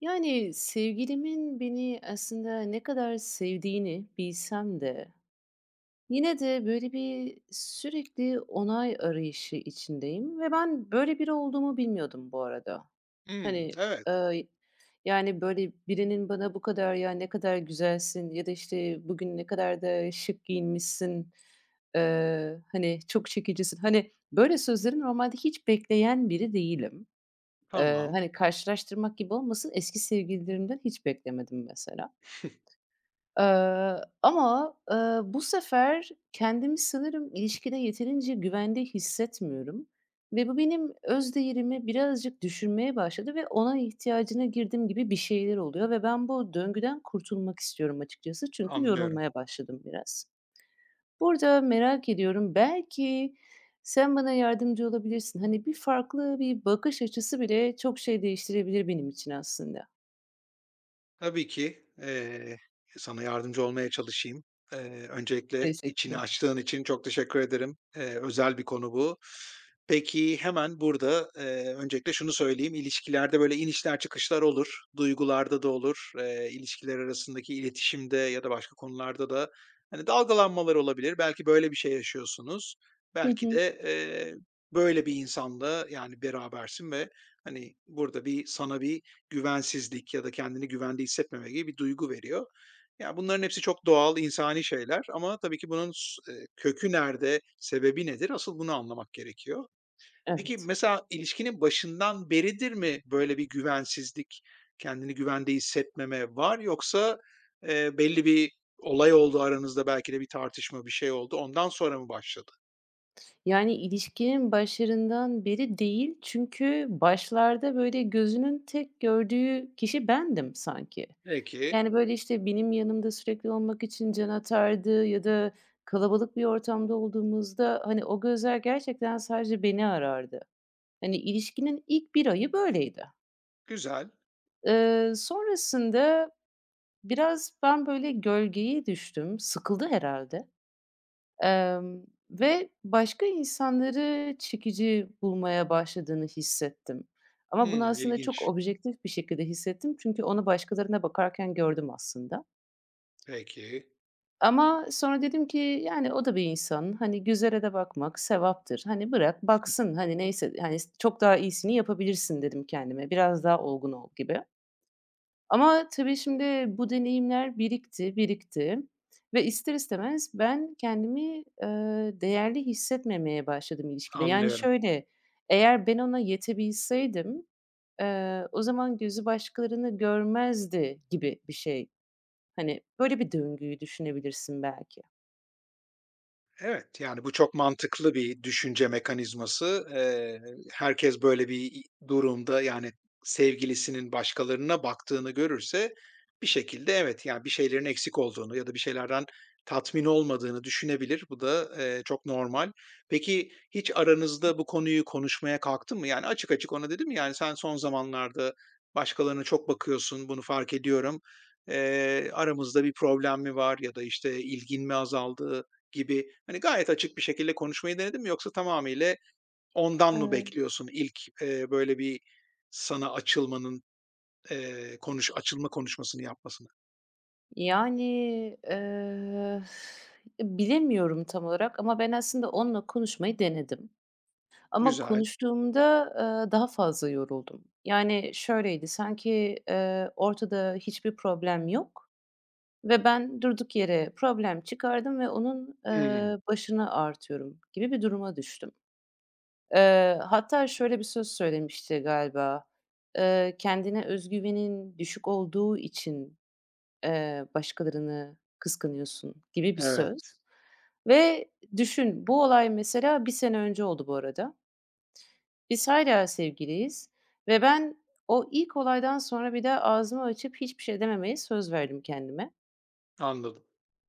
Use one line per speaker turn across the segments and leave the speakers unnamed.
Yani, sevgilimin beni aslında ne kadar sevdiğini bilsem de yine de, böyle, bir sürekli onay arayışı içindeyim ve ben böyle biri olduğumu bilmiyordum bu arada.
Hmm,
Hani,
evet,
eee, yani, böyle, birinin bana bu kadar, "Ya, ne kadar güzelsin." ya da, işte, "Bugün ne kadar da şık giyinmişsin." Hani, "Çok çekicisin." Hani, böyle sözleri normalde hiç bekleyen biri değilim.
tamam,
Hani, karşılaştırmak gibi olmasın, eski sevgililerimden hiç beklemedim mesela. Ama bu sefer kendimi sanırım ilişkide yeterince güvende hissetmiyorum ve bu benim öz değerimi birazcık düşürmeye başladı ve ona ihtiyacına girdim gibi bir şeyler oluyor ve ben bu döngüden kurtulmak istiyorum açıkçası çünkü
anlıyorum.
yorulmaya başladım biraz. Burada merak ediyorum, belki sen bana yardımcı olabilirsin. Hani, bir farklı bir bakış açısı bile çok şey değiştirebilir benim için aslında.
Tabii ki, sana yardımcı olmaya çalışayım. Eee, öncelikle içini
Teşekkürler.
açtığın için çok teşekkür ederim. Özel bir konu bu. Peki, hemen burada, öncelikle şunu söyleyeyim, İlişkilerde böyle inişler çıkışlar olur. Duygularda da olur, ilişkiler arasındaki iletişimde ya da başka konularda da, hani, dalgalanmalar olabilir. Belki böyle bir şey yaşıyorsunuz.
Hı
Belki
hı.
de, böyle bir insanla, yani, berabersin ve, hani, burada sana bir güvensizlik ya da kendini güvende hissetmeme gibi bir duygu veriyor. Ya, bunların hepsi çok doğal, insani şeyler ama tabii ki bunun s kökü nerede, sebebi nedir? Asıl bunu anlamak gerekiyor. Peki,
Evet.
mesela ilişkinin başından beridir mi böyle bir güvensizlik, kendini güvende hissetmeme var yoksa, belli bir olay oldu aranızda, belki de bir tartışma, bir şey oldu, ondan sonra mı başladı?
Yani, ilişkinin başlarından beri değil çünkü başlarda, böyle, gözünün tek gördüğü kişi bendim sanki.
Peki,
Yani, böyle, işte, benim yanımda sürekli olmak için can atardı ya da kalabalık bir ortamda olduğumuzda, hani, o gözler gerçekten sadece beni arardı. Hani, ilişkinin ilk bir ayı böyleydi.
güzel.
Sonrasında biraz ben, böyle, gölgeye düştüm. Sıkıldı herhalde emm, ve başka insanları çekici bulmaya başladığını hissettim. Ama bunu
Hımm,
aslında çok
ilginç.
objektif bir şekilde hissettim çünkü onu başkalarına bakarken gördüm aslında.
Peki,
Ama sonra dedim ki, yani, o da bir insan. Hani, güzere de bakmak sevaptır. Hani, bırak baksın, hani, neyse, hani, çok daha iyisini yapabilirsin dedim kendime. Biraz daha olgun ol gibi. Ama tabii şimdi bu deneyimler birikti ve ister istemez ben kendimi, değerli hissetmemeye başladım ilişkide. Yani,
anlıyorum.
şöyle, eğer ben ona yetebilseydim, o zaman gözü başkalarını görmezdi gibi bir şey. Hani, böyle bir döngüyü düşünebilirsin belki.
Evet, yani bu çok mantıklı bir düşünce mekanizması. Herkes böyle bir durumda, yani, sevgilisinin başkalarına baktığını görürse bir şekilde evet, yani, bir şeylerin eksik olduğunu ya da bir şeylerden tatmin olmadığını düşünebilir. Bu da, çok normal. Peki hiç aranızda bu konuyu konuşmaya kalktın mı? Yani, açık açık ona dedim, yani, sen son zamanlarda başkalarına çok bakıyorsun, bunu fark ediyorum. Aramızda bir problem mi var ya da, işte, ilgin mi azaldı? Gibi, hani, gayet açık bir şekilde konuşmayı denedin mi yoksa tamamıyla ondan mı
Eee,
bekliyorsun ilk, böyle bir sana açılmanın, konuş açılma konuşmasını yapmasını?
yani, eee, bilemiyorum tam olarak ama ben aslında onunla konuşmayı denedim. Ama
Güzel.
konuştuğumda, daha fazla yoruldum. Yani, şöyleydi sanki, ortada hiçbir problem yok ve ben durduk yere problem çıkardım ve onun,
Hımm.
başını ağrıtıyorum gibi bir duruma düştüm. Hatta şöyle bir söz söylemişti galiba, kendine özgüvenin düşük olduğu için başkalarını kıskanıyorsun gibi bir söz
Evet,
ve düşün, bu olay mesela bir sene önce oldu bu arada. Biz hâlâ sevgiliyiz ve ben o ilk olaydan sonra bir daha ağzımı açıp hiçbir şey dememeye söz verdim kendime.
anladım.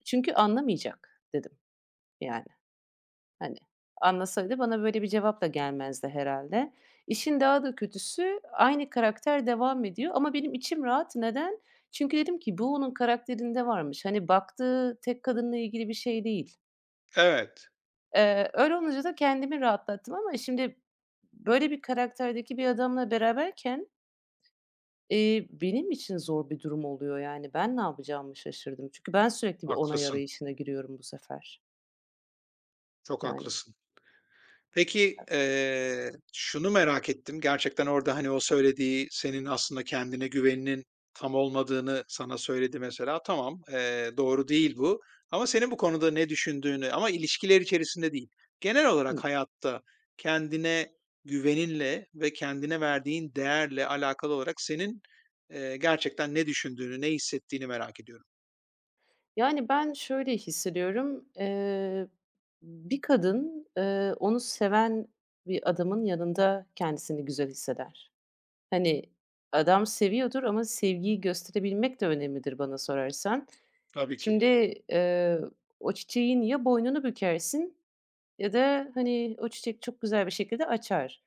Çünkü anlamayacak dedim yani. Hani, anlasaydı bana böyle bir cevap da gelmezdi herhalde. İşin daha da kötüsü aynı karakter devam ediyor ama benim içim rahat. Neden? Çünkü dedim ki bu onun karakterinde varmış. Hani, baktığı tek kadınla ilgili bir şey değil.
Evet,
Öyle olunca da kendimi rahatlattım ama şimdi böyle bir karakterdeki bir adamla beraberken, benim için zor bir durum oluyor yani. Ben ne yapacağımı şaşırdım. Çünkü ben sürekli bir onay
haklısın,
arayışına giriyorum bu sefer,
çok
yani.
haklısın. Peki,
Tabii.
şunu merak ettim. Gerçekten orada, hani, o söylediği senin aslında kendine güveninin tam olmadığını sana söyledi mesela. Tamam, doğru değil bu ama senin bu konuda ne düşündüğünü ama ilişkiler içerisinde değil, genel
Hı.
olarak hayatta kendine güveninle ve kendine verdiğin değerle alakalı olarak senin, gerçekten ne düşündüğünü, ne hissettiğini merak ediyorum.
Yani, ben şöyle hissediyorum, bir kadın, onu seven bir adamın yanında kendisini güzel hisseder. Hani, adam seviyordur ama sevgiyi gösterebilmek de önemlidir bana sorarsan.
Tabii ki.
Şimdi, eee, o çiçeğin ya boynunu bükersin ya da, hani, o çiçek çok güzel bir şekilde açar.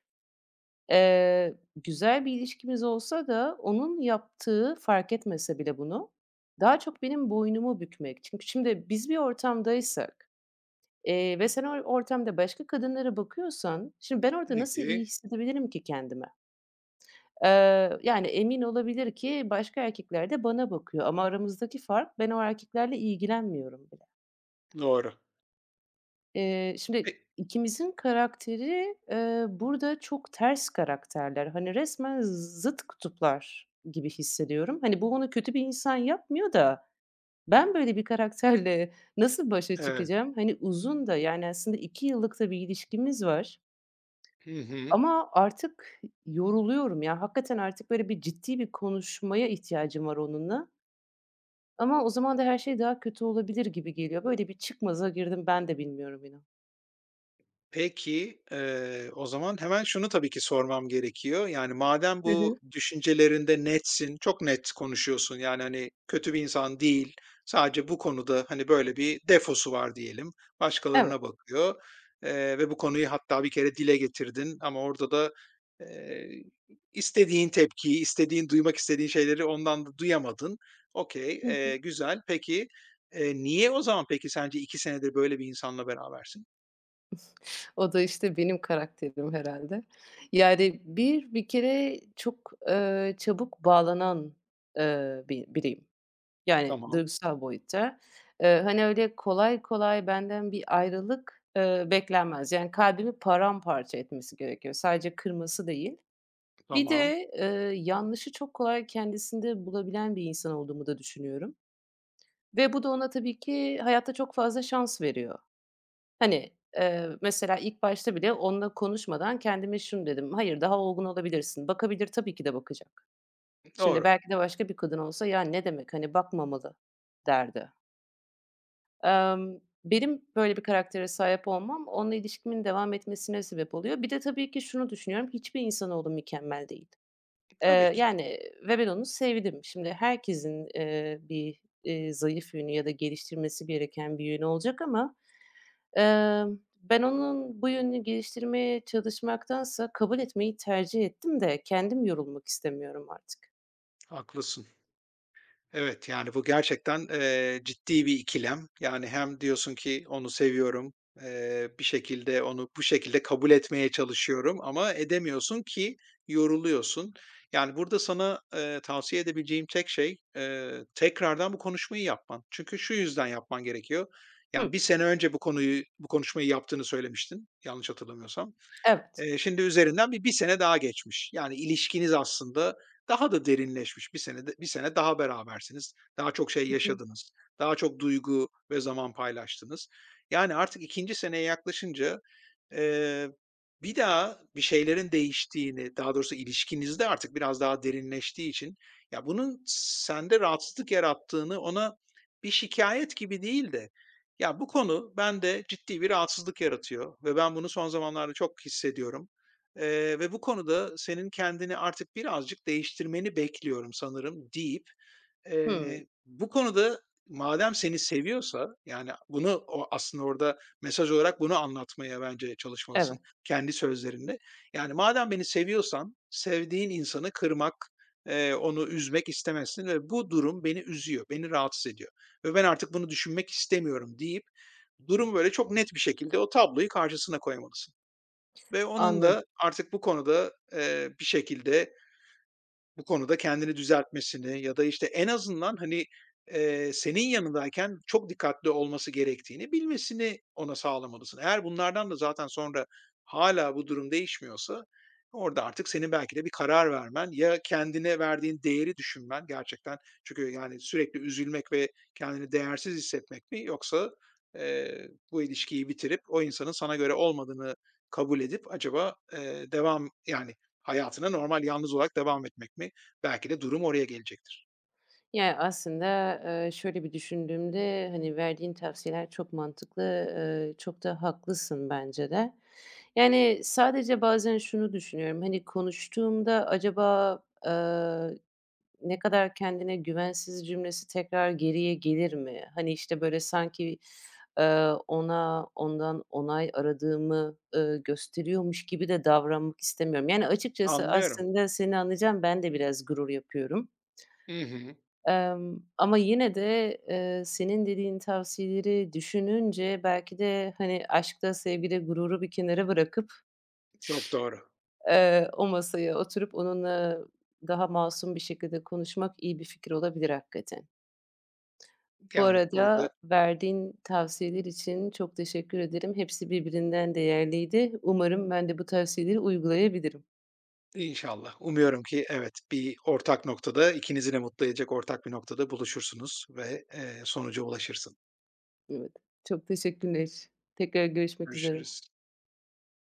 Güzel bir ilişkimiz olsa da onun yaptığı, fark etmese bile bunu, daha çok benim boynumu bükmek. Çünkü şimdi biz bir ortamdaysak, ve sen o ortamda başka kadınlara bakıyorsan, şimdi ben orada nasıl iyi
Peki,
hissedebilirim ki kendime? Yani emin olabilir ki başka erkekler de bana bakıyor ama aramızdaki fark ben o erkeklerle ilgilenmiyorum bile.
doğru. Pe
Şimdi ikimizin karakteri, burada çok ters karakterler. Hani, resmen zıt kutuplar gibi hissediyorum. Hani, bu onu kötü bir insan yapmıyor da ben böyle bir karakterle nasıl başa
evet.
çıkacağım? Hani, uzun da, yani, aslında 2 yıllık da bir ilişkimiz var
Hı hı.
ama artık yoruluyorum ya. Hakikaten artık böyle bir ciddi bir konuşmaya ihtiyacım var onunla ama o zaman da her şey daha kötü olabilir gibi geliyor. Böyle bir çıkmaza girdim, ben de bilmiyorum inan.
Peki, o zaman hemen şunu tabii ki sormam gerekiyor. Yani, madem
Hı
bu
hı.
düşüncelerinde netsin, çok net konuşuyorsun, yani, hani, kötü bir insan değil, sadece bu konuda, hani, böyle bir defosu var diyelim,
Evet.
başkalarına bakıyor, ve bu konuyu hatta bir kere dile getirdin ama orada da, eee, istediğin tepkiyi, istediğin, duymak istediğin şeyleri ondan da duyamadın. Okay, güzel. Peki, niye o zaman peki sence 2 senedir böyle bir insanla berabersin?
O da, işte, benim karakterim herhâlde. Yani, bir kere çok, çabuk bağlanan, bir biriyim. Yani,
Tamam.
duygusal boyutta. Hani, öyle kolay kolay benden bir ayrılık, beklenmez. Yani, kalbimi paramparça etmesi gerekiyor. Sadece kırması değil. Bir
Tamam,
de, yanlışı çok kolay kendisinde bulabilen bir insan olduğumu da düşünüyorum ve bu da ona tabii ki hayatta çok fazla şans veriyor. Hani, mesela ilk başta bile onunla konuşmadan kendime şunu dedim: "Hayır, daha olgun olabilirsin. Bakabilir, tabii ki de bakacak. Şimdi
doğru.
belki de başka bir kadın olsa, ya, ne demek, hani, bakmamalı." derdi. Benim böyle bir karaktere sahip olmam onunla ilişkimin devam etmesine sebep oluyor. Bir de tabii ki şunu düşünüyorum, hiçbir insanoğlu mükemmel değil.
Tabii
Eee,
ki,
yani ve ben onu sevdim. Şimdi herkesin, bir, zayıf yönü ya da geliştirmesi gereken bir yönü olacak ama ben onun bu yönünü geliştirmeye çalışmaktansa kabul etmeyi tercih ettim de kendim yorulmak istemiyorum artık.
haklısın. Evet, yani bu gerçekten, ciddi bir ikilem. Yani hem diyorsun ki onu seviyorum, bir şekilde onu bu şekilde kabul etmeye çalışıyorum ama edemiyorsun ki yoruluyorsun. Yani burada sana, tavsiye edebileceğim tek şey, tekrardan bu konuşmayı yapman. Çünkü şu yüzden yapman gerekiyor. Yani
Hı,
bir sene önce bu konuyu bu konuşmayı yaptığını söylemiştin, yanlış hatırlamıyorsam.
evet.
Şimdi üzerinden bir sene daha geçmiş. Yani ilişkiniz aslında daha da derinleşmiş. 1 senede bir sene daha berabersiniz. Daha çok şey
Hı hı.
yaşadınız. Daha çok duygu ve zaman paylaştınız. Yani artık ikinci seneye yaklaşınca, eee, bir daha bir şeylerin değiştiğini, daha doğrusu ilişkinizde artık biraz daha derinleştiği için, ya, bunun sende rahatsızlık yarattığını ona bir şikayet gibi değil de ya, bu konu bende ciddi bir rahatsızlık yaratıyor ve ben bunu son zamanlarda çok hissediyorum, ve bu konuda senin kendini artık birazcık değiştirmeni bekliyorum sanırım deyip,
Hımm,
Bu konuda madem seni seviyorsa, yani, bunu o aslında orada mesaj olarak bunu anlatmaya bence çalışmalısın
evet,
kendi sözlerinle. Yani, madem beni seviyorsan sevdiğin insanı kırmak, onu üzmek istemezsin ve bu durum beni üzüyor, beni rahatsız ediyor ve ben artık bunu düşünmek istemiyorum deyip durumu, böyle, çok net bir şekilde o tabloyu karşısına koymalısın ve onun
anladım.
da artık bu konuda, bir şekilde bu konuda kendini düzeltmesini ya da, işte, en azından, hani, senin yanındayken çok dikkatli olması gerektiğini bilmesini ona sağlamalısın. Eğer bunlardan da zaten sonra hala bu durum değişmiyorsa orada artık senin belki de bir karar vermen ya kendine verdiğin değeri düşünmen gerçekten çünkü, yani, sürekli üzülmek ve kendini değersiz hissetmek mi yoksa, bu ilişkiyi bitirip o insanın sana göre olmadığını kabul edip acaba, yani, hayatına normal yalnız olarak devam etmek mi? Belki de durum oraya gelecektir.
Yani, aslında, şöyle bir düşündüğümde, hani, verdiğin tavsiyeler çok mantıklı, çok da haklısın bence de. Yani, sadece bazen şunu düşünüyorum, hani, konuştuğumda acaba, ne kadar kendine güvensiz cümlesi tekrar geriye gelir mi? Hani, işte, böyle, sanki, ona ondan onay aradığımı, gösteriyormuş gibi de davranmak istemiyorum. Yani, açıkçası
Anlıyorum.
aslında seni anlayacağım, ben de biraz gurur yapıyorum.
Hı hı.
Ama yine de, senin dediğin tavsiyeleri düşününce belki de, hani, aşkta, sevgide gururu bir kenara bırakıp,
Çok doğru.
o masaya oturup onunla daha masum bir şekilde konuşmak iyi bir fikir olabilir hakikaten. Bu
Yani, burada
arada verdiğin tavsiyeler için çok teşekkür ederim. Hepsi birbirinden değerliydi. Umarım ben de bu tavsiyeleri uygulayabilirim.
inşallah, umuyorum ki evet, bir ortak noktada, ikinizi de mutlu edecek ortak bir noktada buluşursunuz ve, sonuca ulaşırsın.
Evet, çok teşekkürler. Tekrar görüşmek üzere.
Görüşürüz.